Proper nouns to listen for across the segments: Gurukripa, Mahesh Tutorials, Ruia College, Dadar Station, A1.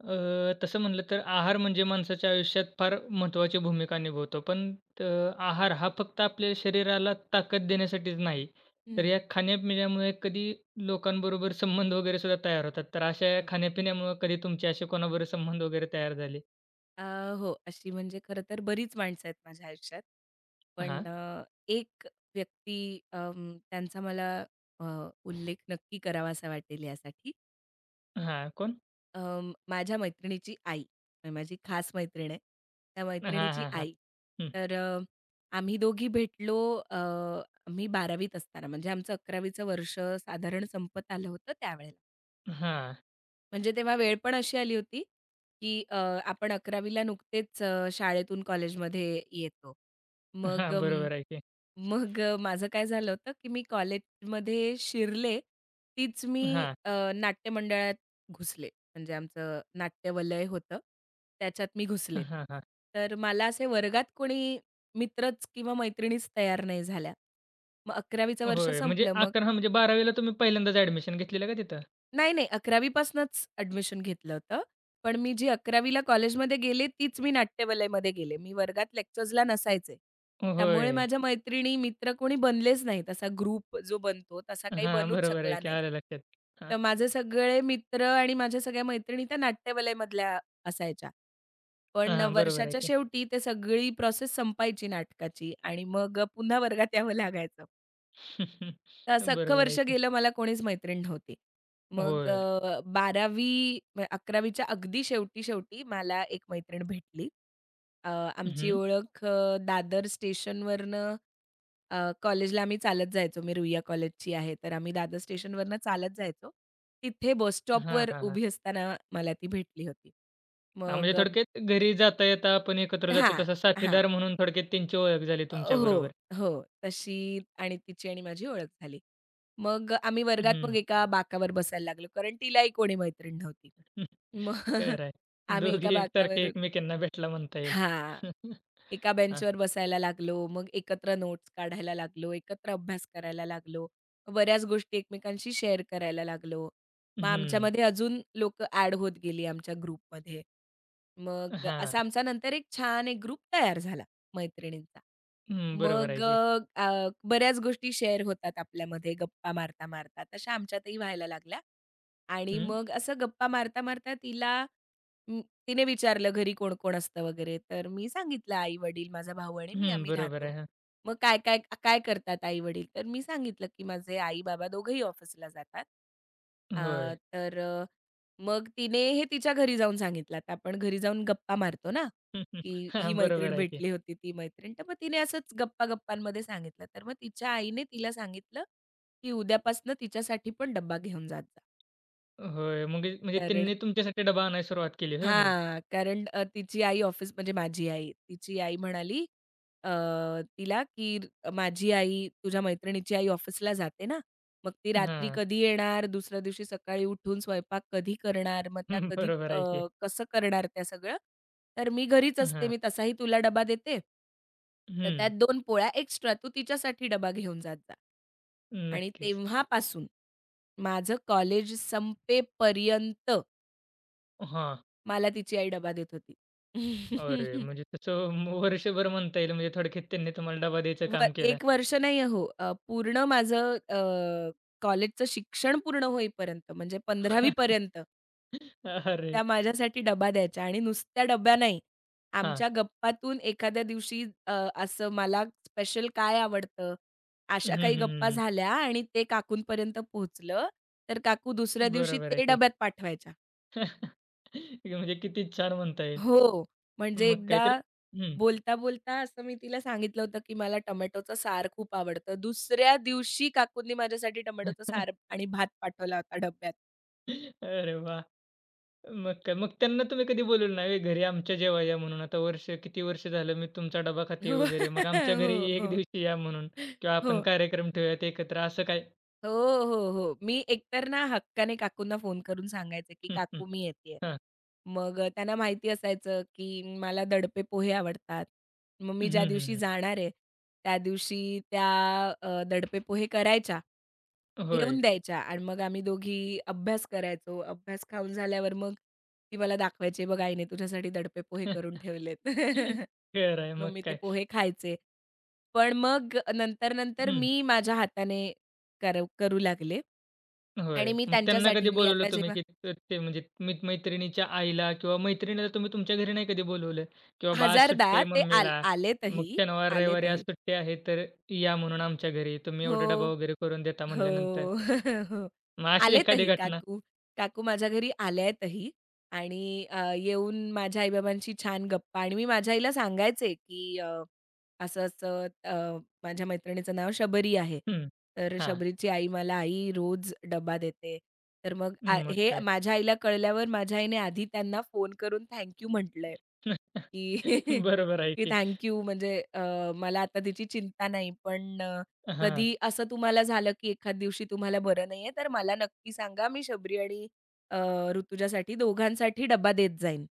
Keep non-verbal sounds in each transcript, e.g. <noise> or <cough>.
तसं म्हटलं तर आहार म्हणजे माणसाच्या आयुष्यात फार महत्त्वाची भूमिका निभवतो. पण अ, आहार हा फक्त आपल्या शरीराला ताकद देण्यासाठीच नाही, तर हं, या खाण्यापिण्यामुळे कधी लोकांबरोबर संबंध वगैरे सुद्धा तयार होतात. तर अशा या हो. खाण्यापिण्यामुळे कधी तुमचे असे कोणाबरोबर संबंध वगैरे तयार झाले? अ, हो, अशी म्हणजे खरं तर बरीच माणसं आहेत माझ्या आयुष्यात. पण हां, एक व्यक्ती त्यांचा मला अ, उल्लेख नक्की करावासा वाटेल यासाठी. हां. कोण? माझ्या मैत्रिणीची आई. म्हणजे माझी खास मैत्रीण आहे. त्या हां, मैत्रिणीची हां, हां. आई. हं. तर आम्ही दोघी भेटलो अ, मी 12वीत असताना म्हणजे आमचं 11वीचं वर्ष साधारण संपत आलं होतं त्यावेळेला. हां, म्हणजे तेव्हा वेळ पण अशी आली होती, की आपण अकरावीला नुकतेच शाळेतून कॉलेजमध्ये येतो. मग हां. अं, बरोबर आहे की. मग माझं काय झालं होतं, की मी कॉलेजमध्ये शिरले, तीच मी हां, नाट्य मंडळात घुसले. म्हणजे आमचं नाट्यवलय होतं, त्याच्यात मी घुसले. हां, हां. तर मला असे वर्गात कोणी मित्रच किंवा मैत्रिणीच तयार नाही झाल्या. मग 11वी वर्ष होय. म्हणजे संपलं. मग 11 म्हणजे 12वीला तुम्ही पहिल्यांदाच ॲडमिशन घेतलेलं का तिथं? नाही, नाही. 11वी पासनंच ॲडमिशन घेतलं होतं. पण मी जी 11वी ला कॉलेजमध्ये गेले, तीच मी नाट्यवलयमध्ये गेले. मी वर्गात लेक्चर्सला नसायचे. त्यामुळे होय. माझ्या मैत्रिणी, मित्र कोणी बनलेच नाहीत. असा ग्रुप जो बनतो, तसा काही हां, बनूच बरोबर आहे शकला की. नाही. आलं लक्षात. हां. तर माझे सगळे मित्र आणि माझ्या सगळ्या मैत्रिणी त्या नाट्यवलयमधल्या असायच्या. हां, पण हां. बरोबर आहे वर्षाच्या की. शेवटी ते सगळी प्रोसेस संपायची नाटकाची आणि मग पुन्हा वर्गात यावं लागायचं. <laughs> तर असं अख्खं बरोबर वर्ष आहे की. गेलं मला कोणीच मैत्रीण नव्हती. मग होय. अ, 12वी म्ह 11वीच्या अगदी शेवटी-शेवटी मला एक मैत्रीण भेटली. अ, आमची हं. ओळख दादर स्टेशनवरनं कॉलेजला आम्ही चालत जायचो. मी रुईया कॉलेजची आहे. तर आम्ही दादर स्टेशनवरनं चालत जायचो. तिथे बस हां, स्टॉपवर हां, हां. उभी असताना मला ती भेटली होती. हां, म्हणजे मग अ थोडक्यात घरी जाता येता आपण एकत्र जातो हां, तसा हां. साथीदार म्हणून थोडक्यात त्यांची ओळख झाली हो, तुमच्याबरोबर. हो. तशी आणि तिची आणि माझी ओळख झाली. मग आम्ही वर्गात हं. एका बाकावर बसायला लागलो, कारण तिलाही कोणी मैत्रीण नव्हती. <laughs> मग <laughs> खरं आहे. आम्ही एका दोघी बाकावर एकसारखे एकमेकांना भेटला म्हणता येईल. हां. <laughs> एका हां. बेंचवर बसायला लागलो, मग एकत्र नोट्स काढायला लागलो, एकत्र अभ्यास करायला लागलो. बऱ्याच गोष्टी एकमेकांशी शेअर करायला लागलो. मग हं. आमच्यामध्ये अजून लोक ॲड होत गेली आमच्या ग्रुपमध्ये. मग हां. असा आमचा नंतर एक छान एक ग्रुप तयार झाला मैत्रिणींचा. हं, बरोबर मग आहे की. अ, अ, बऱ्याच गोष्टी शेअर होतात आपल्यामध्ये गप्पा मारता-मारता. तशा आमच्यातही व्हायला लागल्या. आणि हं. मग असं गप्पा मारता-मारता अं, तिने विचारलं, "घरी कोण-कोण असतं वगैरे?" तर मी सांगितलं, "आई-वडील, माझा भाऊ आणि मी हं, आम्ही बरोबर राहतो." आहे. हां. मग "काय काय करतात आई-वडील?" तर मी सांगितलं, की "माझे आई-बाबा दोघंही ऑफिसला जातात." अ, होय. तर मग तिने हे तिच्या घरी जाऊन सांगितलं. आता आपण घरी जाऊन गप्पा मारतो ना, <laughs> की ही हां, मैत्रीण बरोबर आहे की. भेटली होती, ती मैत्रीण. तर मग तिने असंच गप्पा-गप्पांमध्ये सांगितलं. तर मग तिच्या आईने तिला सांगितलं, की "उद्यापासनं तिच्यासाठी पण डब्बा घेऊन जात जा." होय. मग म्हणजे कारण त्यांनी तुमच्यासाठी डबा आणायला सुरुवात केली होय मग? हां, कारण तिची आई ऑफिस म्हणजे माझी आई, तिची आई म्हणाली अ, तिला, की "माझी आई, तुझ्या मैत्रिणीची आई ऑफिसला जाते ना, मग ती रात्री हां. कधी येणार? दुसऱ्या दिवशी सकाळी उठून स्वयंपाक कधी करणार? मग त्या <laughs> कधी बरोबर अ, आहे की. कसं करणार त्या सगळं? तर मी घरीच असते, हां. मी तसाही तुला डबा देते. तर त्यात हं. 2 पोळ्या एक्स्ट्रा तू तिच्यासाठी डबा घेऊन जात जा." आणि नक्कीच. तेव्हापासून माझं कॉलेज संपेपर्यंत हां. मला तिची आई डबा देत होती. अरे! <laughs> म्हणजे तसं वर्षभर म्हणता येईल म्हणजे थोडक्यात त्यांनी तुम्हाला डबा द्यायचं व काम केलं. 1 वर्ष नाही हो, पूर्ण माझं कॉलेजचं शिक्षण पूर्ण होईपर्यंत म्हणजे 15वी <laughs> पर्यंत अरे! त्या माझ्यासाठी डबा द्यायच्या आणि नुसत्या डब्या नाही. हां. आमच्या गप्पातून एखाद्या दिवशी असं मला स्पेशल काय आवडतं, हं, अशा हं, काही हं, गप्पा हं. झाल्या आणि ते काकूंपर्यंत पोहोचलं, तर काकू दुसऱ्या दिवशी बरोबर आहे ते की. डब्यात पाठवायच्या. <laughs> म्हणजे किती छान म्हणता येईल. हो. म्हणजे मग काय एकदा तर हं. बोलता-बोलता असं मी तिला सांगितलं होतं, की मला टोमॅटोचं सार खूप आवडतं. दुसऱ्या दिवशी काकूंनी माझ्यासाठी टोमॅटोचं सार <laughs> आणि भात पाठवला होता डब्यात. अरे वाह! मग काय मग त्यांना तुम्ही कधी बोलवलं नाही "ए घरी आमच्या जेवा या" म्हणून? आता वर्ष किती वर्ष झालं मी तुमचा डबा खाते हो, वगैरे. <laughs> मग आमच्या घरी हो, एक हो, दिवशी या म्हणून किंवा आपण हो. कार्यक्रम ठेवूयात एकत्र असं काय? हो, हो, हो. मी एकतर ना हक्काने काकूंना फोन करून सांगायचे, की "काकू <laughs> मी येतेय." हां. मग त्यांना माहिती असायचं, की मला दडपे पोहे आवडतात. मग मी हं, ज्या हं, दिवशी हं. जाणार आहे, त्या दिवशी त्या दडपे पोहे करायच्या, होय. ठेवून द्यायच्या आणि मग आम्ही दोघी अभ्यास करायचो. अभ्यास खाऊन झाल्यावर मग ती मला दाखवायची, "बघ आईने तुझ्यासाठी दडपे पोहे <laughs> करून ठेवलेत." <laughs> खरं आहे मग मग मी ते काय. पोहे खायचे. पण मग नंतर, नंतर हं, मी माझ्या हाताने करू लागले होय. आणि मी मग त्यांना त्यांच्यासाठी कधी मी बोलवलं आता तुम्ही, जेव्हा की ते म्हणजे मी मैत्रिणीच्या आईला किंवा मैत्रिणीला तुम्ही तुमच्या घरी नाही कधी बोलवलं, की बाबा आज हजारदा सुट्टी आहे ते मम्मीला, मग आलेतही, शनिवार, रविवारी आज आलेतही. सुट्टी आहे तर या म्हणून आमच्या घरी, तुम्ही एवढा डबा हो. वगैरे करून देता हो. म्हणल्यानंतर. <laughs> हो. मग अशी एखादी आलेतही घटना? काकू. काकू माझ्या घरी आल्यातही आणि येऊन माझ्या आई-बाबांशी छान गप्पा आणि मी माझ्या आईला सांगायचे, की असं-असं माझ्या मैत्रिणीचं नाव शबरी आहे. हं. तर हां. शबरीची आई मला आई रोज डबा देते. तर मग मग हे काय. माझ्या आईला कळल्यावर माझ्या आईने आधी त्यांना फोन करून थँक म्हटलंय, की <laughs> <laughs> बरोबर आहे की की. थँक म्हणजे अ, मला आता तिची चिंता नाही पण हां. कधी असं तुम्हाला झालं, की एखाद दिवशी तुम्हाला बरं नाहीये, तर मला नक्की सांगा. मी शबरी आणि अ, ऋतुजासाठी दोघांसाठी डब्बा देत जाईन.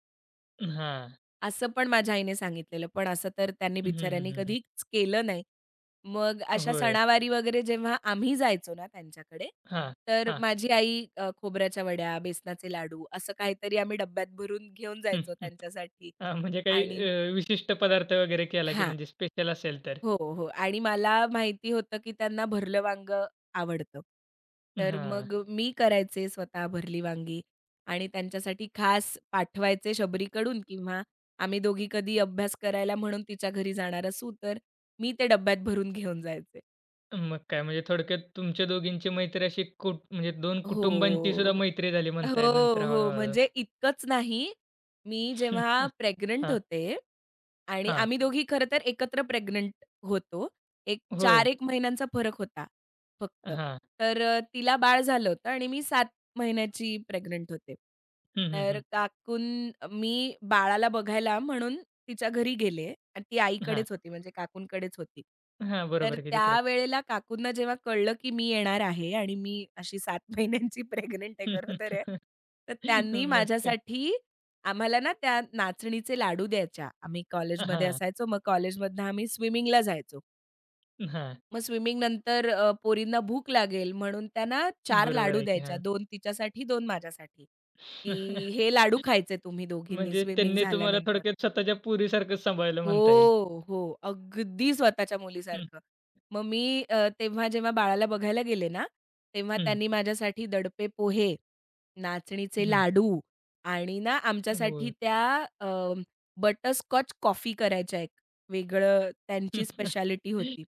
हां. असं पण माझ्या आईने सांगितलेलं. पण असं तर त्यांनी हं, बिचाऱ्यांनी हं, हं. कधीच केलं नाही. मग अशा होय. सणावारी वगैरे जेव्हा आम्ही जायचो ना त्यांच्याकडे, हां, तर हां. माझी आई अ, खोबऱ्याच्या वड्या, बेसनाचे लाडू असं काहीतरी आम्ही डब्यात भरून घेऊन हं, जायचो हं. त्यांच्यासाठी हां, म्हणजे काही आणि विशिष्ट पदार्थ वगैरे केला की हां. म्हणजे स्पेशल असेल तर? हो, हो. आणि मला माहिती होतं, की त्यांना भरलं वांगं आवडतं. तर हां. मग मी करायचे स्वतः भरली वांगी आणि त्यांच्यासाठी खास पाठवायचे शबरीकडून किंवा आम्ही दोघी कधी अभ्यास करायला म्हणून तिच्या घरी जाणार असू, तर मी ते डब्यात भरून घेऊन जायचे. मग काय म्हणजे थोडक्यात तुमच्या दोघींची मैत्री अशी म्हणजे 2 कुटुंबांची सुद्धा हो. मैत्री झाली म्हणता येईल नंतर हो, हो. हळू-हळू. म्हणजे इतकंच नाही, मी जेव्हा <laughs> प्रेग्नंट हां, होते आणि हां. आम्ही दोघी खरं तर एकत्र प्रेग्नंट होतो. एक होय. 4-1 महिन्यांचा फरक होता फक्त. हां. तर तिला बाळ झालं होतं आणि मी 7 महिन्याची प्रेग्नंट होते. हं, हं, तर हं. काकून मी बाळाला बघायला म्हणून तिच्या घरी गेले आणि ती हां. आईकडेच होती म्हणजे काकूंकडेच होती. हां, तर बरोबर की तिकडंच. त्यावेळेला काकूंना जेव्हा कळलं, की मी येणार आहे आणि मी अशी 7 <laughs> महिन्यांची प्रेग्नंट आहे, गरोदर आहे. <laughs> तर त्यांनी मग काय. माझ्यासाठी आम्हाला ना त्या नाचणीचे लाडू द्यायच्या. आम्ही कॉलेजमध्ये हां, असायचो, मग कॉलेजमधनं आम्ही स्विमिंगला जायचो. हां. मग स्विमिंगनंतर पोरींना भूक लागेल म्हणून त्या ना बरोबर लाडू आहे की. द्यायच्या. हां. 2 तिच्यासाठी, 2 माझ्यासाठी, की <laughs> "हे लाडू खायचे तुम्ही दोघींनी म्हणजे स्विमिंग त्यांनी तुम्हाला झाल्यानंतर." थोडक्यात स्वतःच्या पोरीसारखंच सांभाळलं म्हणता येईल. हो, हो. अगदी स्वतःच्या हं, मुलीसारखं. मग मी तेव्हा जेव्हा बाळाला बघायला गेले ना, तेव्हा हं, त्यांनी माझ्यासाठी दडपे पोहे, नाचणीचे हं. लाडू आणि ना आमच्यासाठी होय. त्या अ, बटरस्कॉच कॉफी करायच्या एक वेगळं त्यांची स्पेशालिटी होती. <laughs>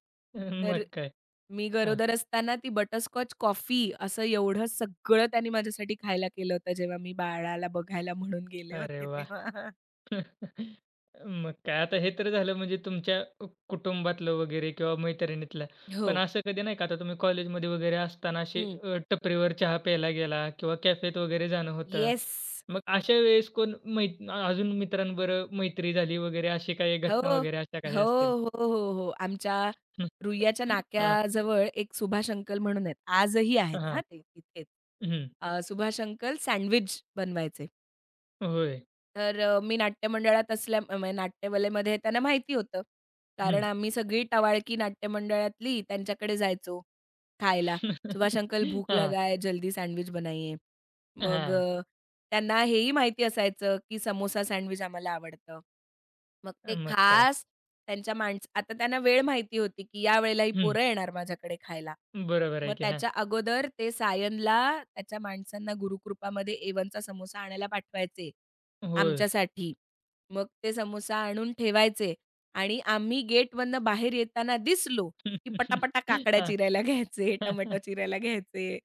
तर मग काय. मी हां. गरोदर असताना ती बटरस्कॉच कॉफी असं एवढं सगळं त्यांनी माझ्यासाठी खायला केलं होतं, जेव्हा मी बाळाला बघायला म्हणून गेले अरे होते वाह! तेव्हा. <laughs> <laughs> मग काय आता हे तर झालं म्हणजे तुमच्या कुटुंबातलं वगैरे किंवा मैत्रिणीतलं. हो. पण असं कधी नाही का आता तुम्ही कॉलेजमध्ये वगैरे असताना अशी हं. टपरीवर चहा प्यायला गेला किंवा कॅफेत वगैरे जाणं होतं. येस. मग अशा वेळेस कोण मै अजून मित्रांबरोबर मैत्री झाली वगैरे अशी काही हो, घटना वगैरे अशा काही हो, असतील? हो, हो, हो. आमच्या रुईयाच्या <laughs> हां, नाक्याजवळ एक सुभाष अंकल म्हणून आहेत. आजही आहेत हां हां. ते तिथेच. हं. सुभाष अंकल सँडविच बनवायचे. होय. तर मी नाट्य मंडळात असल्या म्हणजे नाट्यवलेमध्ये त्यांना माहिती होतं. कारण हं. आम्ही सगळी टवाळकी नाट्य मंडळातली त्यांच्याकडे जायचो खायला. "सुभाष अंकल भूख हां, हां. लगा है, जल्दी सँडविच बनाइये." मग <laughs> त्यांना हेही माहिती असायचं की समोसा सँडविच आम्हाला आवडतं. मग ते मग काय. खास त्यांच्या माणस आता त्यांना वेळ माहिती होती की या वेळेला ही हं. पोरं येणार माझ्याकडे खायला. बरोबर मग आहे की. हां. त्याच्या अगोदर ते सायनला त्याच्या माणसांना गुरुकृपामध्ये A1चा समोसा आणायला पाठवायचे. होय. आमच्यासाठी. मग ते समोसा आणून ठेवायचे आणि आम्ही गेटमधनं बाहेर येताना दिसलो, की <laughs> पटापटा काकड्या हां. चिरायला घ्यायचे, टोमॅटो <laughs> चिरायला घ्यायचे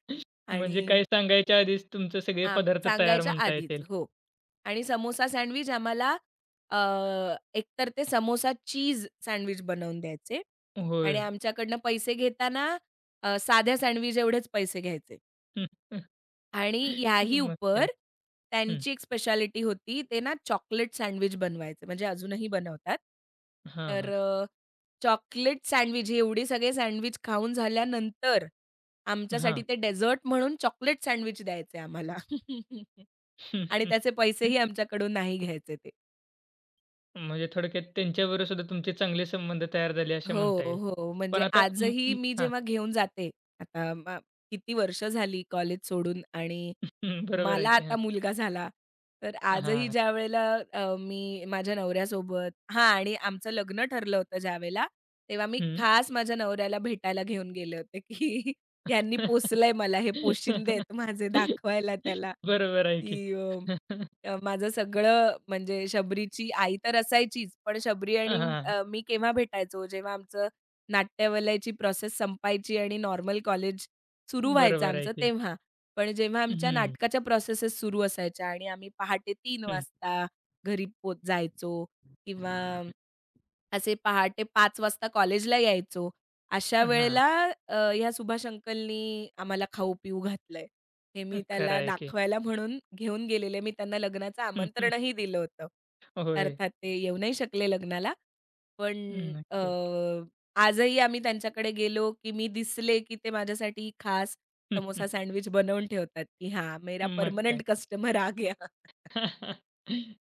म्हणजे आणि काही सांगायच्या आधीच तुमचे सगळे पदार्थ तयार सांगायच्या म्हणता आधीच. येतील. हो. आणि समोसा सँडविच आम्हाला अ, एकतर ते समोसा चीज सँडविच बनवून द्यायचे आणि होय. आमच्याकडनं पैसे घेताना साध्या सँडविच एवढेच पैसे घ्यायचे. <laughs> आणि ह्याही मग काय. उपर हं. त्यांची एक स्पेशालिटी होती, ते ना चॉकलेट सँडविच बनवायचे, म्हणजे अजूनही बनवतात. हां, तर हां. अ, चॉकलेट सँडविच, हे एवढे सगळे सँडविच खाऊन झाल्यानंतर आमच्यासाठी हां. ते डेझर्ट म्हणून चॉकलेट सँडविच द्यायचे आम्हाला <laughs> आणि त्याचे <laughs> पैसेही आमच्याकडून नाही घ्यायचे ते. म्हणजे थोडक्यात त्यांच्याबरोबर सुद्धा तुमचे चांगले संबंध तयार झाले असे हो, म्हणता येईल. हो. म्हणजे पण आता अं, आजही अं, मी हां. जेव्हा घेऊन जाते, आता किती वर्ष झाली कॉलेज सोडून आणि <laughs> बरोबर आहे मला की. आता हां. मुलगा झाला. तर आजही हां. ज्यावेळेला मी माझ्या नवऱ्यासोबत हां आणि आमचं लग्न ठरलं होतं ज्यावेळेला, तेव्हा मी हं. खास माझ्या नवऱ्याला भेटायला घेऊन गेले होते, की <laughs> ह्यांनी पोसलंय मला, हे पोशिंदे <laughs> आहेत माझे दाखवायला त्याला, बरोबर आहे की. की <laughs> अ, माझं सगळं म्हणजे शबरीची आई तर असायचीच, पण शबरी आणि हां. मी केव्हा भेटायचो, जेव्हा आमचं नाट्यवलयाची प्रोसेस संपायची आणि नॉर्मल कॉलेज सुरू व्हायचं बरोबर आहे आमचं की. तेव्हा. पण जेव्हा आमच्या हं, नाटकाच्या प्रोसेसेस सुरू असायच्या आणि आम्ही पहाटे 3 हं. वाजता घरी पोच जायचो किंवा असे पहाटे 5 वाजता कॉलेजला यायचो. अशा हां. वेळेला ह्या सुभाष अंकलनी आम्हाला खाऊ-पिऊ घातलंय. हे मी खरं त्याला आहे की. दाखवायला म्हणून घेऊन गेलेले. मी त्यांना लग्नाचं आमंत्रणही <laughs> दिलं होतं. होय. अर्थात ते येऊ नाही शकले लग्नाला. पण अ, नक्कीच. आजही आम्ही त्यांच्याकडे गेलो, की मी दिसले, की ते माझ्यासाठी खास समोसा <laughs> सँडविच बनवून ठेवतात, की हां, मेरा मग काय. पर्मनेंट कस्टमर आ गया. <laughs>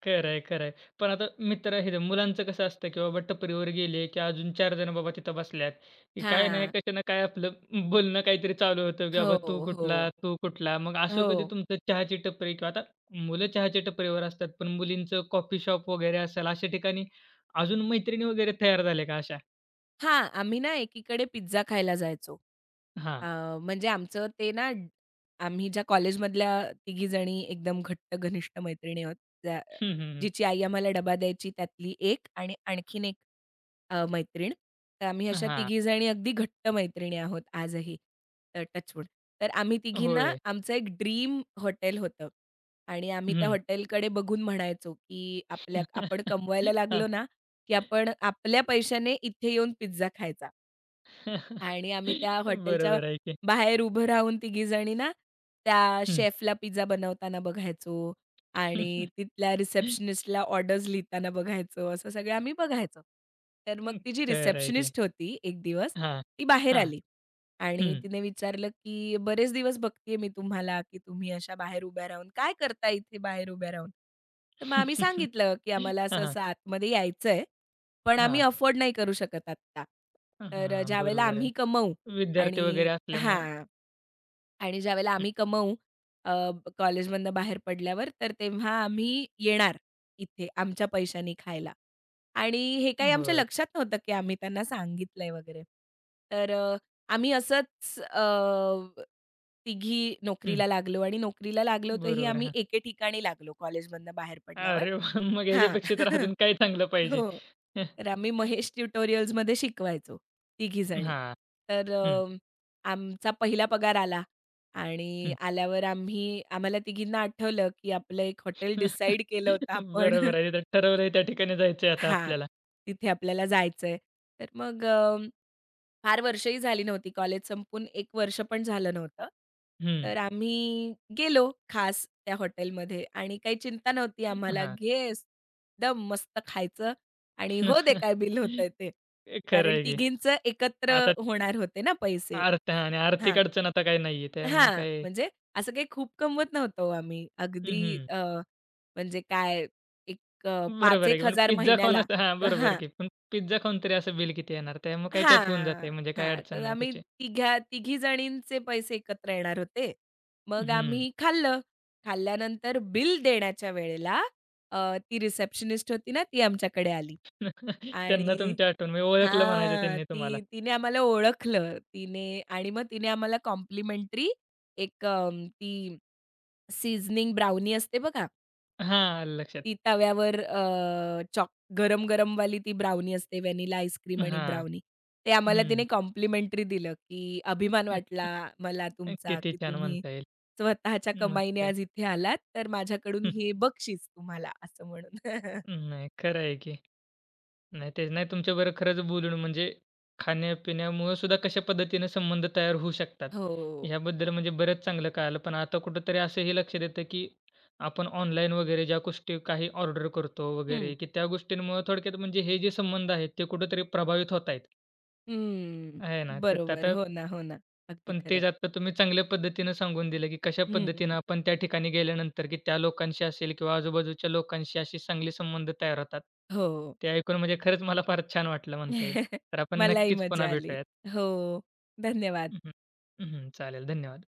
खरं आहे, खरं आहे. पण आता मित्र हे मुलांचं कसं असतं, की बाबा टपरीवर गेले, की अजून 4 जण बाबा तिथं बसल्यात, की काय नाही हां. कशा ना काय आपलं बोलणं काहीतरी चालू होतं, की हो, बाबा तू कुठला, हो. तू कुठला. मग असं हो. कधी तुमचं चहाची टपरी किंवा आता मुलं चहाच्या टपरीवर असतात, पण मुलींचं कॉफी शॉप वगैरे असेल, अशा ठिकाणी अजून मैत्रिणी वगैरे तयार झाल्या का अशा? हां, आम्ही ना एकीकडे पिझ्झा खायला जायचो. अ, हां. म्हणजे आमचं ते ना आम्ही ज्या कॉलेजमधल्या तिघी जणी एकदम घट्ट घनिष्ठ मैत्रिणी आहोत, त्या हं, हं, हं. जिची आई आम्हाला डबा द्यायची त्यातली एक आणि आणखीन एक मैत्रीण. तर आम्ही अशा हां. तिघी जणी अगदी घट्ट मैत्रिणी आहोत आजही तर टचवूड. तर आम्ही तिघींना होय. आमचं एक ड्रीम हॉटेल होतं आणि आम्ही त्या हं. हॉटेलकडे बघून म्हणायचो, की आपल्या आपण कमवायला हां. लागलो ना, की आपण आपल्या पैशाने इथे येऊन पिझ्झा खायचा <laughs> आणि आम्ही <laughs> त्या हॉटेलच्या बरोबर आहे की. बाहेर उभं राहून तिघीजणी ना, त्या हं. शेफला पिझ्झा बनवताना बघायचो आणि <laughs> तिथल्या रिसेप्शनिस्टला ऑर्डर्स लिहिताना बघायचो, असं सगळं आम्ही बघायचो. तर मग हं, ती जी खरं आहे की. रिसेप्शनिस्ट होती एक दिवस, हां, ती बाहेर हां, आली आणि हं. तिने विचारलं, की "बरेच दिवस बघतीये मी तुम्हाला, की तुम्ही अशा बाहेर उभ्या राहून काय करता इथे बाहेर उभ्या राहून?" तर मग आम्ही <laughs> सांगितलं, की "आम्हाला हां, हां, असं-असं आतमध्ये यायचंय." पण आम्ही हां, अफोर्ड नाही करू शकत आत्ता. तर हां, ज्यावेळेला बरोबर आहे. आम्ही कमवू विद्यार्थी वगैरे आणि असल्यामुळं हां. आणि ज्यावेळेला आम्ही कमवू अ, कॉलेजमधनं बाहेर पडल्यावर, तर तेव्हा आम्ही येणार इथे आमच्या पैशानी खायला. आणि हे हं, काही आमच्या होय. लक्षात नव्हतं, की आम्ही त्यांना सांगितलंय वगैरे. तर आम्ही असंच तिघी हं, नोकरीला लागलो आणि नोकरीला लागलो, तर ही बरोबर आहे. आम्ही हां. एके ठिकाणी लागलो कॉलेजमधनं बाहेर पडल्यावर. अरे वाह! मग हां. ह्याच्यापेक्षा तर अजून <laughs> काय चांगलं पाहिजे? हो. हं, तर आम्ही महेश ट्युटोरियल्समध्ये शिकवायचो तिघी जणी, हां, तर हं, आमचा पहिला पगार आला आणि हं. आल्यावर आम्ही आम्हाला तिघींना आठवलं, की आपलं एक हॉटेल <laughs> डिसाईड केलं होतं आपण. बरोबर आहे. तर ठरवलंय <laughs> त्या ठिकाणी जायचंय आता हां, आपल्याला. तिथे आपल्याला जायचंय. तर मग फार वर्षही झाली नव्हती कॉलेज संपून एक वर्ष पण झालं नव्हतं. हं, तर आम्ही गेलो खास त्या हॉटेलमध्ये आणि काही चिंता नव्हती आम्हाला. हां. एकदम मस्त खायचं आणि "हो दे <laughs> काय बिल होतंय ते." खरं कारण आहे की. तिघींचं एकत्र आता होणार होते ना पैसे. अर्थ आणि आर्थिक हां. अडचण आता काही नाहीये त्यामुळं हां. काय म्हणजे असं काही खूप कमवत नव्हतो आम्ही. अगदी हं. अ, म्हणजे काय एक 5 बरोबर आहे की. एक पण हजार पिझ्झा खाऊन महिन्याला असं हां, बरोबर हां. की. पण पिझ्झा खाऊन तरी असं बिल किती येणार? त्यामुळे काही त्यात होऊन हां, जाते म्हणजे काही हां. अडचण तर नाही आम्ही त्याची. तिघी जणींचे पैसे एकत्र येणार होते. मग हं. आम्ही खाल्लं. खाल्ल्यानंतर बिल देण्याच्या वेळेला अ, ती रिसेप्शनिस्ट होती ना, ती आमच्याकडे आली <laughs> त्यांना आणि तुमची आठवण म्हणजे ओळखलं म्हणायचं हां, त्यांनी तुम्हाला. ती तिने आम्हाला ओळखलं. तिने आणि मग तिने आम्हाला कॉम्प्लिमेंटरी एक अ, ती सीझनिंग ब्राउनी असते बघा. हां, आलं लक्षात. ती तव्यावर अ, चॉक गरम-गरमवाली ती ब्राउनी असते व्हॅनिला आईस्क्रीम आणि हां. ब्राउनी. ते आम्हाला तिने हं. कॉम्प्लिमेंटरी दिलं, की अभिमान वाटला मला <laughs> तुमचा, किती की छान तुम्ही म्हणता येईल. स्वतःच्या मग कमाईने काय. आज इथे आलात, तर माझ्याकडून हे <laughs> बक्षीस तुम्हाला असं म्हणून. <laughs> हं. नाही खरं आहे की. नाही तेच. नाही तुमच्याबरोबर खरंच बोलून म्हणजे खाण्यापिण्यामुळं सुद्धा कशा पद्धतीने संबंध तयार होऊ शकतात, हो. ह्याबद्दल म्हणजे बरंच चांगलं कळालं. पण आता कुठेतरी असंही लक्षात येतं, की आपण ऑनलाईन वगैरे ज्या गोष्टी काही ऑर्डर करतो हं. वगैरे, की त्या गोष्टींमुळं थोडक्यात म्हणजे हे जे संबंध आहेत, ते कुठेतरी प्रभावित होत आहेत. हं. आहे ना. तर ते बरोबर. आता हो ना, हो ना. अगदी पण खरं तेच आहे. आता तुम्ही चांगल्या पद्धतीनं सांगून दिलं, की कशा पद्धतीनं हं. आपण त्या ठिकाणी गेल्यानंतर, की त्या लोकांशी असेल किंवा आजूबाजूच्या लोकांशी असे चांगले संबंध तयार होतात. हो. ते ऐकून म्हणजे खरंच मला फार छान वाटलं म्हणता येईल. <laughs> तर आपण मलाही नक्कीच पुन्हा मजा आली. भेटूयात. हो. धन्यवाद. हं. हं, हं. चालेल. धन्यवाद.